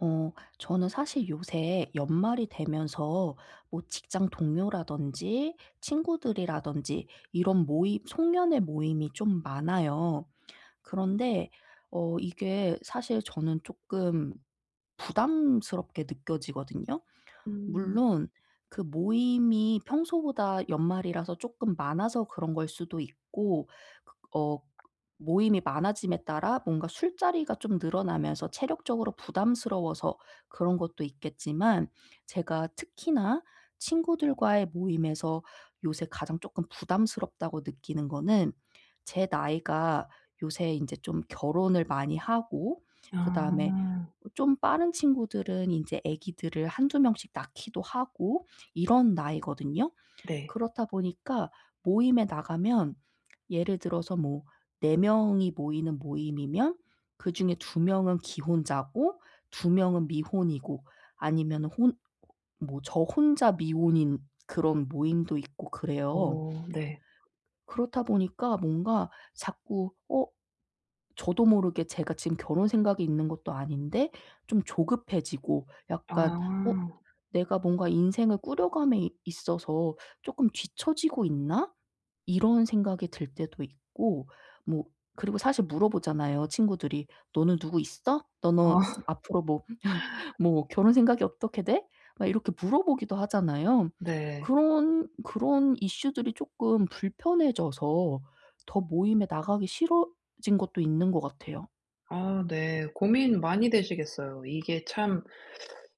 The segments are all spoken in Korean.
어 저는 사실 요새 연말이 되면서 뭐 직장 동료라든지 친구들이라든지 이런 모임 송년회 모임이 좀 많아요. 그런데 이게 사실 저는 조금 부담스럽게 느껴지거든요. 음. 물론 그 모임이 평소보다 연말이라서 조금 많아서 그런 걸 수도 있고, 그 모임이 많아짐에 따라 뭔가 술자리가 좀 늘어나면서 체력적으로 부담스러워서 그런 것도 있겠지만, 제가 특히나 친구들과의 모임에서 요새 가장 조금 부담스럽다고 느끼는 거는, 제 나이가 요새 이제 좀 결혼을 많이 하고 그다음에 아. 좀 빠른 친구들은 이제 아기들을 한두 명씩 낳기도 하고 이런 나이거든요. 네. 그렇다 보니까 모임에 나가면, 예를 들어서 뭐 4 명이 모이는 모임이면 그중에 2 명은 기혼자고 2 명은 미혼이고, 아니면 혼 뭐 저 혼자 미혼인 그런 모임도 있고 그래요. 어 네. 그렇다 보니까 뭔가 자꾸 저도 모르게 제가 지금 결혼 생각이 있는 것도 아닌데 좀 조급해지고' 약간, 아. 어 '내가 뭔가 인생을 꾸려감에 이 있어서 조금 뒤처지고 있나?' 이런 생각이 들 때도 있고. 뭐 그리고 사실 물어보잖아요, 친구들이. "너는 누구 있어? 아 너는 앞으로 뭐 결혼 생각이 어떻게 돼?" 막 이렇게 물어보기도 하잖아요. 네. 그런 이슈들이 조금 불편해져서 더 모임에 나가기 싫어진 것도 있는 것 같아요. 아 네. 고민 많이 되시겠어요. 이게 참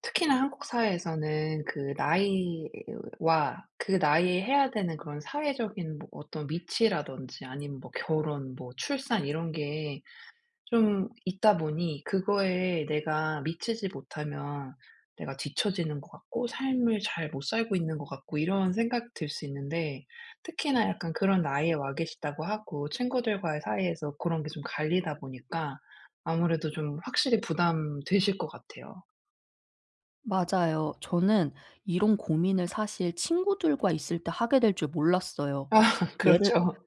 특히나 한국 사회에서는 그 나이와 그 나이에 해야 되는 그런 사회적인 뭐 어떤 위치라든지 아니면 뭐 결혼 뭐 출산 이런 게 좀 있다 보니 그거에 내가 미치지 못하면 내가 뒤처지는 것 같고 삶을 잘 못 살고 있는 것 같고 이런 생각이 들 수 있는데 특히나 약간 그런 나이에 와 계시다고 하고 친구들과의 사이에서 그런 게 좀 갈리다 보니까 아무래도 좀 확실히 부담되실 것 같아요. 맞아요. 저는 이런 고민을 사실 친구들과 있을 때 하게 될 줄 몰랐어요. 아 예를 그렇죠.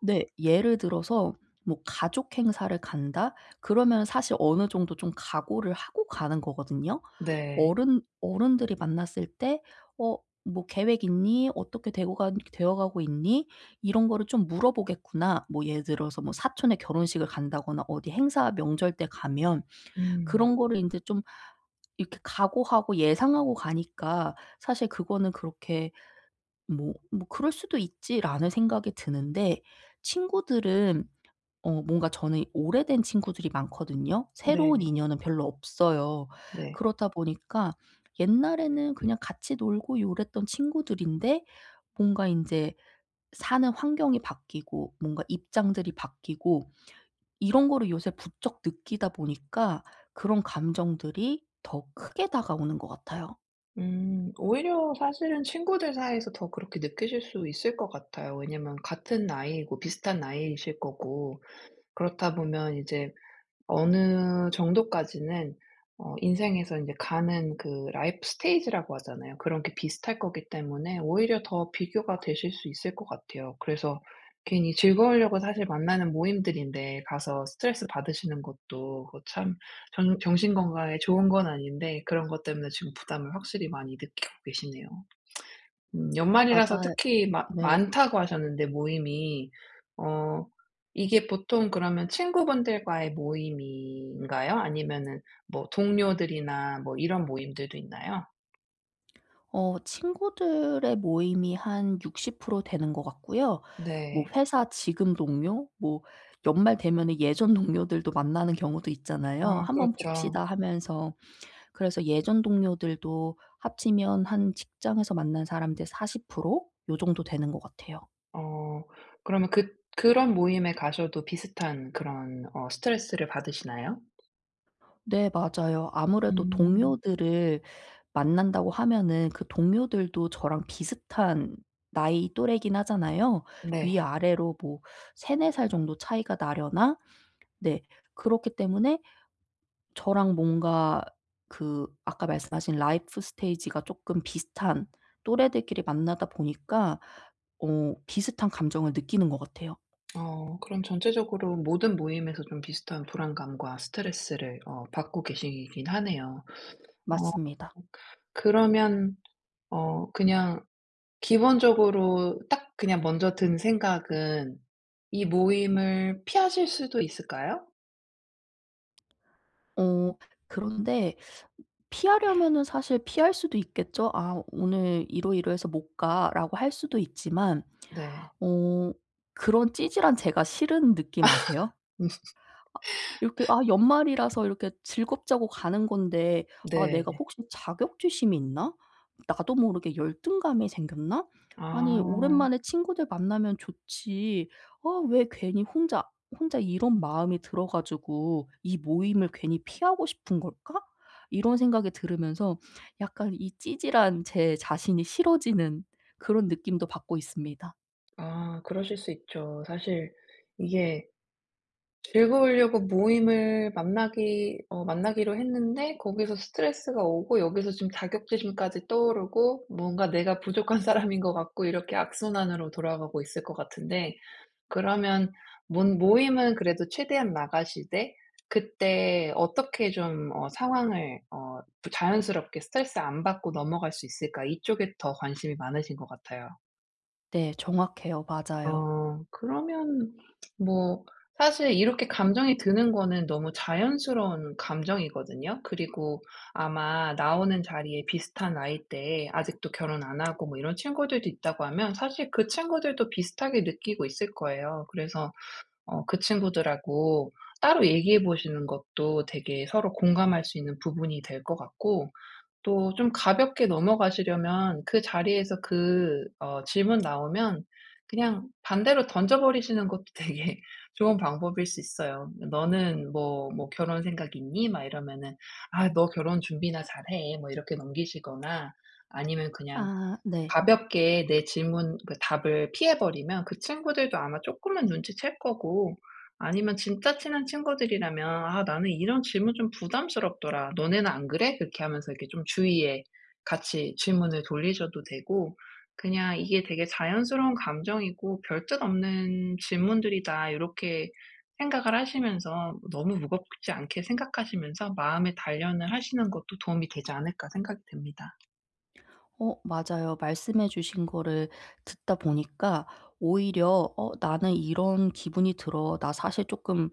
네. 예를 들어서 뭐 가족 행사를 간다? 그러면 사실 어느 정도 좀 각오를 하고 가는 거거든요. 네. 어른들이 만났을 때 "어 뭐 계획 있니? 어떻게 되고 가 되어 가고 있니?" 이런 거를 좀 물어보겠구나. 뭐 예를 들어서 뭐 사촌의 결혼식을 간다거나 어디 행사 명절 때 가면 음. 그런 거를 이제좀 이렇게 각오하고 예상하고 가니까, 사실 그거는 그렇게 뭐 '뭐 그럴 수도 있지.'라는 생각이 드는데, 친구들은, 뭔가 저는 오래된 친구들이 많거든요. 새로운 네. 인연은 별로 없어요. 네. 그렇다 보니까 옛날에는 그냥 같이 놀고 요랬던 친구들인데, 뭔가 인제 사는 환경이 바뀌고 뭔가 입장들이 바뀌고 이런 거를 요새 부쩍 느끼다 보니까 그런 감정들이 더 크게 다가오는 것 같아요. 음. 오히려 사실은 친구들 사이에서 더 그렇게 느끼실 수 있을 것 같아요. 왜냐면 같은 나이고 비슷한 나이이실 거고 그렇다 보면 이제 어느 정도까지는 인생에서 이제 가는 그 라이프 스테이지라고 하잖아요. 그런 게 비슷할 거기 때문에 오히려 더 비교가 되실 수 있을 것 같아요. 그래서 괜히 즐거우려고 사실 만나는 모임들인데 가서 스트레스 받으시는 것도 그거 참 정 정신 건강에 좋은 건 아닌데 그런 것 때문에 지금 부담을 확실히 많이 느끼고 계시네요. 연말이라서 맞아요. 특히 마 네. 많다고 하셨는데 모임이. 어 이게 보통 그러면 친구분들과의 모임인가요? 아니면은 뭐 동료들이나 뭐 이런 모임들도 있나요? 친구들의 모임이 한 60% 되는 것 같고요. 뭐 네. 회사 지금 동료 뭐, 연말 되면은 예전 동료들도 만나는 경우도 있잖아요. 아 "한번 그렇죠. 봅시다." 하면서. 그래서 예전 동료들도 합치면 한 직장에서 만난 사람들 40%요 정도 되는 것 같아요. 어 그러면 그런 모임에 가셔도 비슷한 그런 스트레스를 받으시나요? 네, 맞아요. 아무래도 음. 동료들을 만난다고 하면은 그 동료들도 저랑 비슷한 나이 또래이긴 하잖아요. 네. 위아래로 뭐 세네 살 정도 차이가 나려나? 네. 그렇기 때문에 저랑 뭔가 그 아까 말씀하신 라이프 스테이지가 조금 비슷한 또래들끼리 만나다 보니까 비슷한 감정을 느끼는 것 같아요. 그럼 전체적으로 모든 모임에서 좀 비슷한 불안감과 스트레스를 받고 계시긴 하네요. 어. 맞습니다. 그러면 그냥 기본적으로 딱 그냥 먼저 든 생각은 이 모임을 피하실 수도 있을까요? 어 그런데 피하려면은 사실 피할 수도 있겠죠. '아 오늘 이러이러해서 못 가.'라고 할 수도 있지만, 네. 어 그런 찌질한 제가 싫은 느낌 아세요? 이렇게, 아 연말이라서 이렇게 즐겁자고 가는 건데, '아 내가 네. 혹시 자격지심이 있나? 나도 모르게 열등감이 생겼나? 아니 아. 오랜만에 친구들 만나면 좋지. 아 왜 괜히 혼자 혼자 이런 마음이 들어 가지고 이 모임을 괜히 피하고 싶은 걸까?' 이런 생각이 들으면서 약간 이 찌질한 제 자신이 싫어지는 그런 느낌도 받고 있습니다. 아 그러실 수 있죠. 사실 이게 즐거우려고 모임을 만나기로 했는데 거기서 스트레스가 오고 여기서 지금 자격지심까지 떠오르고 뭔가 내가 부족한 사람인 것 같고 이렇게 악순환으로 돌아가고 있을 것 같은데 그러면 몬 모임은 그래도 최대한 나가시되 그때 어떻게 좀 상황을 자연스럽게 스트레스 안 받고 넘어갈 수 있을까? 이쪽에 더 관심이 많으신 것 같아요. 네, 정확해요. 맞아요. 그러면 뭐 사실 이렇게 감정이 드는 거는 너무 자연스러운 감정이거든요. 그리고 아마 나오는 자리에 비슷한 나이대에 아직도 결혼 안 하고 뭐 이런 친구들도 있다고 하면 사실 그 친구들도 비슷하게 느끼고 있을 거예요. 그래서 그 친구들하고 따로 얘기해 보시는 것도 되게 서로 공감할 수 있는 부분이 될 것 같고 또 좀 가볍게 넘어가시려면 그 자리에서 그 질문 나오면 그냥 반대로 던져 버리시는 것도 되게 좋은 방법일 수 있어요. "너는 뭐 결혼 생각 있니?" 막 이러면은 "아 너 결혼 준비나 잘해." 뭐 이렇게 넘기시거나 아니면 그냥 아, 네. 가볍게 내 질문 그 답을 피해 버리면 그 친구들도 아마 조금은 눈치챌 거고 아니면 진짜 친한 친구들이라면 "아 나는 이런 질문 좀 부담스럽더라. 너네는 안 그래?" 그렇게 하면서 이렇게 좀 주위에 같이 질문을 돌리셔도 되고 그냥 '이게 되게 자연스러운 감정이고 별뜻 없는 질문들이다.' 이렇게 생각을 하시면서 너무 무겁지 않게 생각하시면서 마음의 단련을 하시는 것도 도움이 되지 않을까 생각이 듭니다. 맞아요. 말씀해 주신 거를 듣다 보니까 오히려 나는 이런 기분이 들어. 나 사실 조금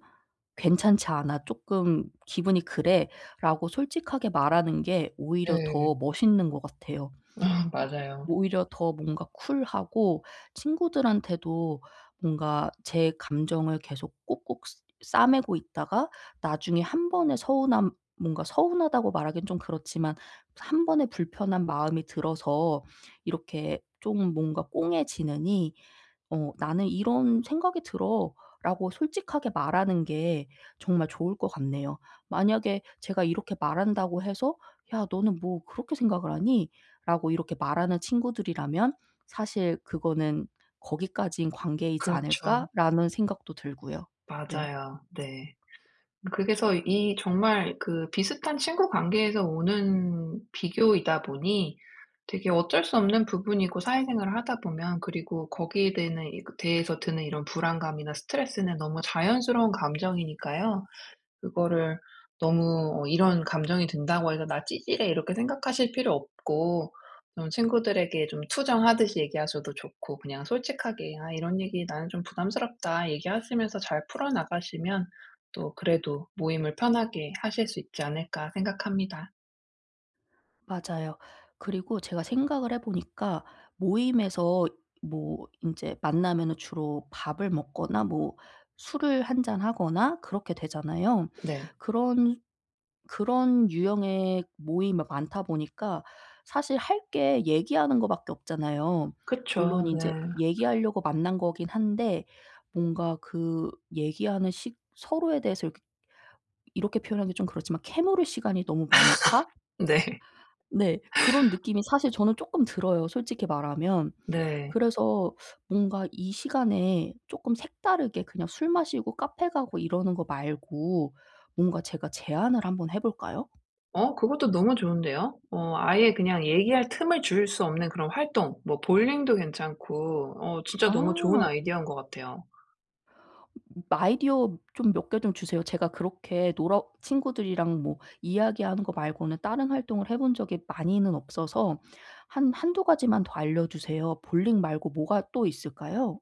괜찮지 않아. 조금 기분이 그래.'라고 솔직하게 말하는 게 오히려 네. 더 멋있는 것 같아요. 맞아요. 오히려 더 뭔가 쿨하고, 친구들한테도 뭔가 제 감정을 계속 꼭꼭 싸매고 있다가 나중에 한 번에 서운함 뭔가 서운하다고 말하기는 좀 그렇지만, 한 번에 불편한 마음이 들어서 이렇게 좀 뭔가 꽁해지느니, "나는 이런 생각이 들어."라고 솔직하게 말하는 게 정말 좋을 것 같네요. 만약에 제가 이렇게 말한다고 해서 "야 너는 뭐 그렇게 생각을 하니?"라고 이렇게 말하는 친구들이라면, 사실 그거는 '거기까지인 관계이지 그렇죠. 않을까?'라는 생각도 들고요. 네, 맞아요. 네. 그래서 이 정말 그 비슷한 친구 관계에서 오는 비교이다 보니 되게 어쩔 수 없는 부분이고 사회생활을 하다 보면 그리고 거기에 대는 대해서 드는 이런 불안감이나 스트레스는 너무 자연스러운 감정이니까요. 그거를 너무 '이런 감정이 든다고 해서 나 찌질해.' 이렇게 생각하실 필요 없고 좀 친구들에게 좀 투정하듯이 얘기하셔도 좋고 그냥 솔직하게 "아 이런 얘기 나는 좀 부담스럽다." 얘기하시면서 잘 풀어나가시면 또 그래도 모임을 편하게 하실 수 있지 않을까 생각합니다. 맞아요. 그리고 제가 생각을 해 보니까, 모임에서 뭐 인제 만나면은 주로 밥을 먹거나 뭐 술을 한 잔 하거나 그렇게 되잖아요. 네. 그런 그런 유형의 모임이 많다 보니까 사실 할 게 얘기하는 거 밖에 없잖아요. 그쵸. 물론 인제 네. 얘기하려고 만난 거긴 한데, 뭔가 그 얘기하는 시 서로에 대해서 이렇게 이렇게 표현하기 좀 그렇지만, 캐물을 시간이 너무 많다? 네. 네. 그런 느낌이 사실 저는 쪼끔 들어요, 솔직히 말하면. 네. 그래서 뭔가 이 시간에 쪼끔 색다르게 그냥 술 마시고 카페 가고 이러는 거 말고, 뭔가 제가 제안을 한번 해 볼까요? 그것도 너무 좋은데요. 아예 그냥 얘기할 틈을 줄 수 없는 그런 활동 뭐 볼링도 괜찮고 진짜 너무 좋은 아. 아이디어인 것 같아요. 아이디어 좀 몇 개 좀 주세요. 제가 그렇게 놀아, 친구들이랑 뭐 이야기하는 거 말고는 다른 활동을 해본 적이 많이는 없어서. 한 한두 가지만 더 알려주세요. 볼링 말고 뭐가 또 있을까요?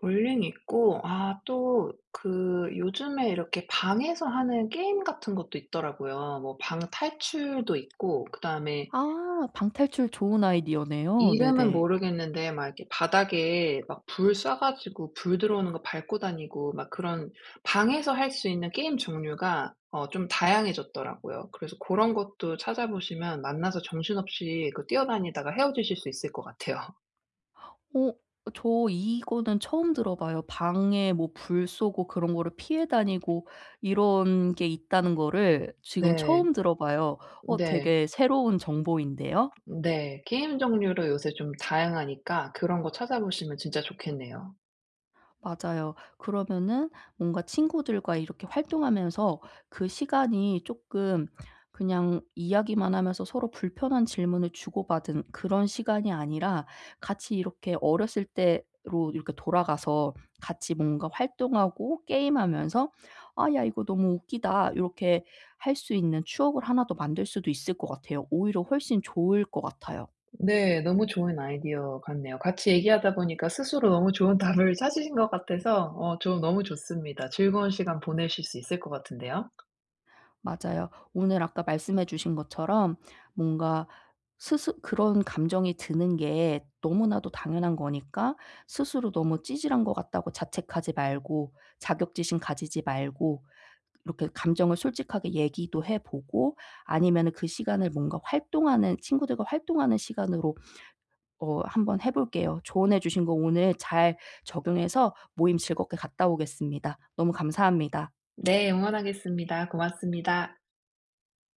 볼링 있고 아 또 그 요즘에 이렇게 방에서 하는 게임 같은 것도 있더라고요. 뭐 방 탈출도 있고 그다음에 아. 방탈출 좋은 아이디어네요. 이름은 네네. 모르겠는데 막 이렇게 바닥에 막 불 쏴 가지고 불 들어오는 거 밟고 다니고 막 그런 방에서 할 수 있는 게임 종류가 좀 다양해졌더라고요. 그래서 그런 것도 찾아보시면 만나서 정신없이 그 뛰어다니다가 헤어지실 수 있을 것 같아요. 어 저 이거는 처음 들어봐요. 방에 뭐 불 쏘고 그런 거를 피해 다니고 이런 게 있다는 거를 지금 네. 처음 들어봐요. 네. 되게 새로운 정보인데요. 네. 게임 종류로 요새 좀 다양하니까 그런 거 찾아보시면 진짜 좋겠네요. 맞아요. 그러면은 뭔가 친구들과 이렇게 활동하면서 그 시간이 조금, 그냥 이야기만 하면서 서로 불편한 질문을 주고받은 그런 시간이 아니라, 같이 이렇게 어렸을 때로 이렇게 돌아가서 같이 뭔가 활동하고 게임하면서 '아 야 이거 너무 웃기다.' 이렇게 할 수 있는 추억을 하나 더 만들 수도 있을 것 같아요. 오히려 훨씬 좋을 것 같아요. 네. 너무 좋은 아이디어 같네요. 같이 얘기하다 보니까 스스로 너무 좋은 답을 찾으신 것 같아서 저 너무 좋습니다. 즐거운 시간 보내실 수 있을 것 같은데요. 맞아요. 오늘 아까 말씀해 주신 것처럼, 뭔가 스스 그런 감정이 드는 게 너무나도 당연한 거니까 스스로 너무 찌질한 것 같다고 자책하지 말고, 자격지심 가지지 말고, 이렇게 감정을 솔직하게 얘기도 해 보고, 아니면은 그 시간을 뭔가 활동하는, 친구들과 활동하는 시간으로 한번 해 볼게요. 조언해 주신 거 오늘 잘 적용해서 모임 즐겁게 갔다 오겠습니다. 너무 감사합니다. 네. 응원하겠습니다. 고맙습니다.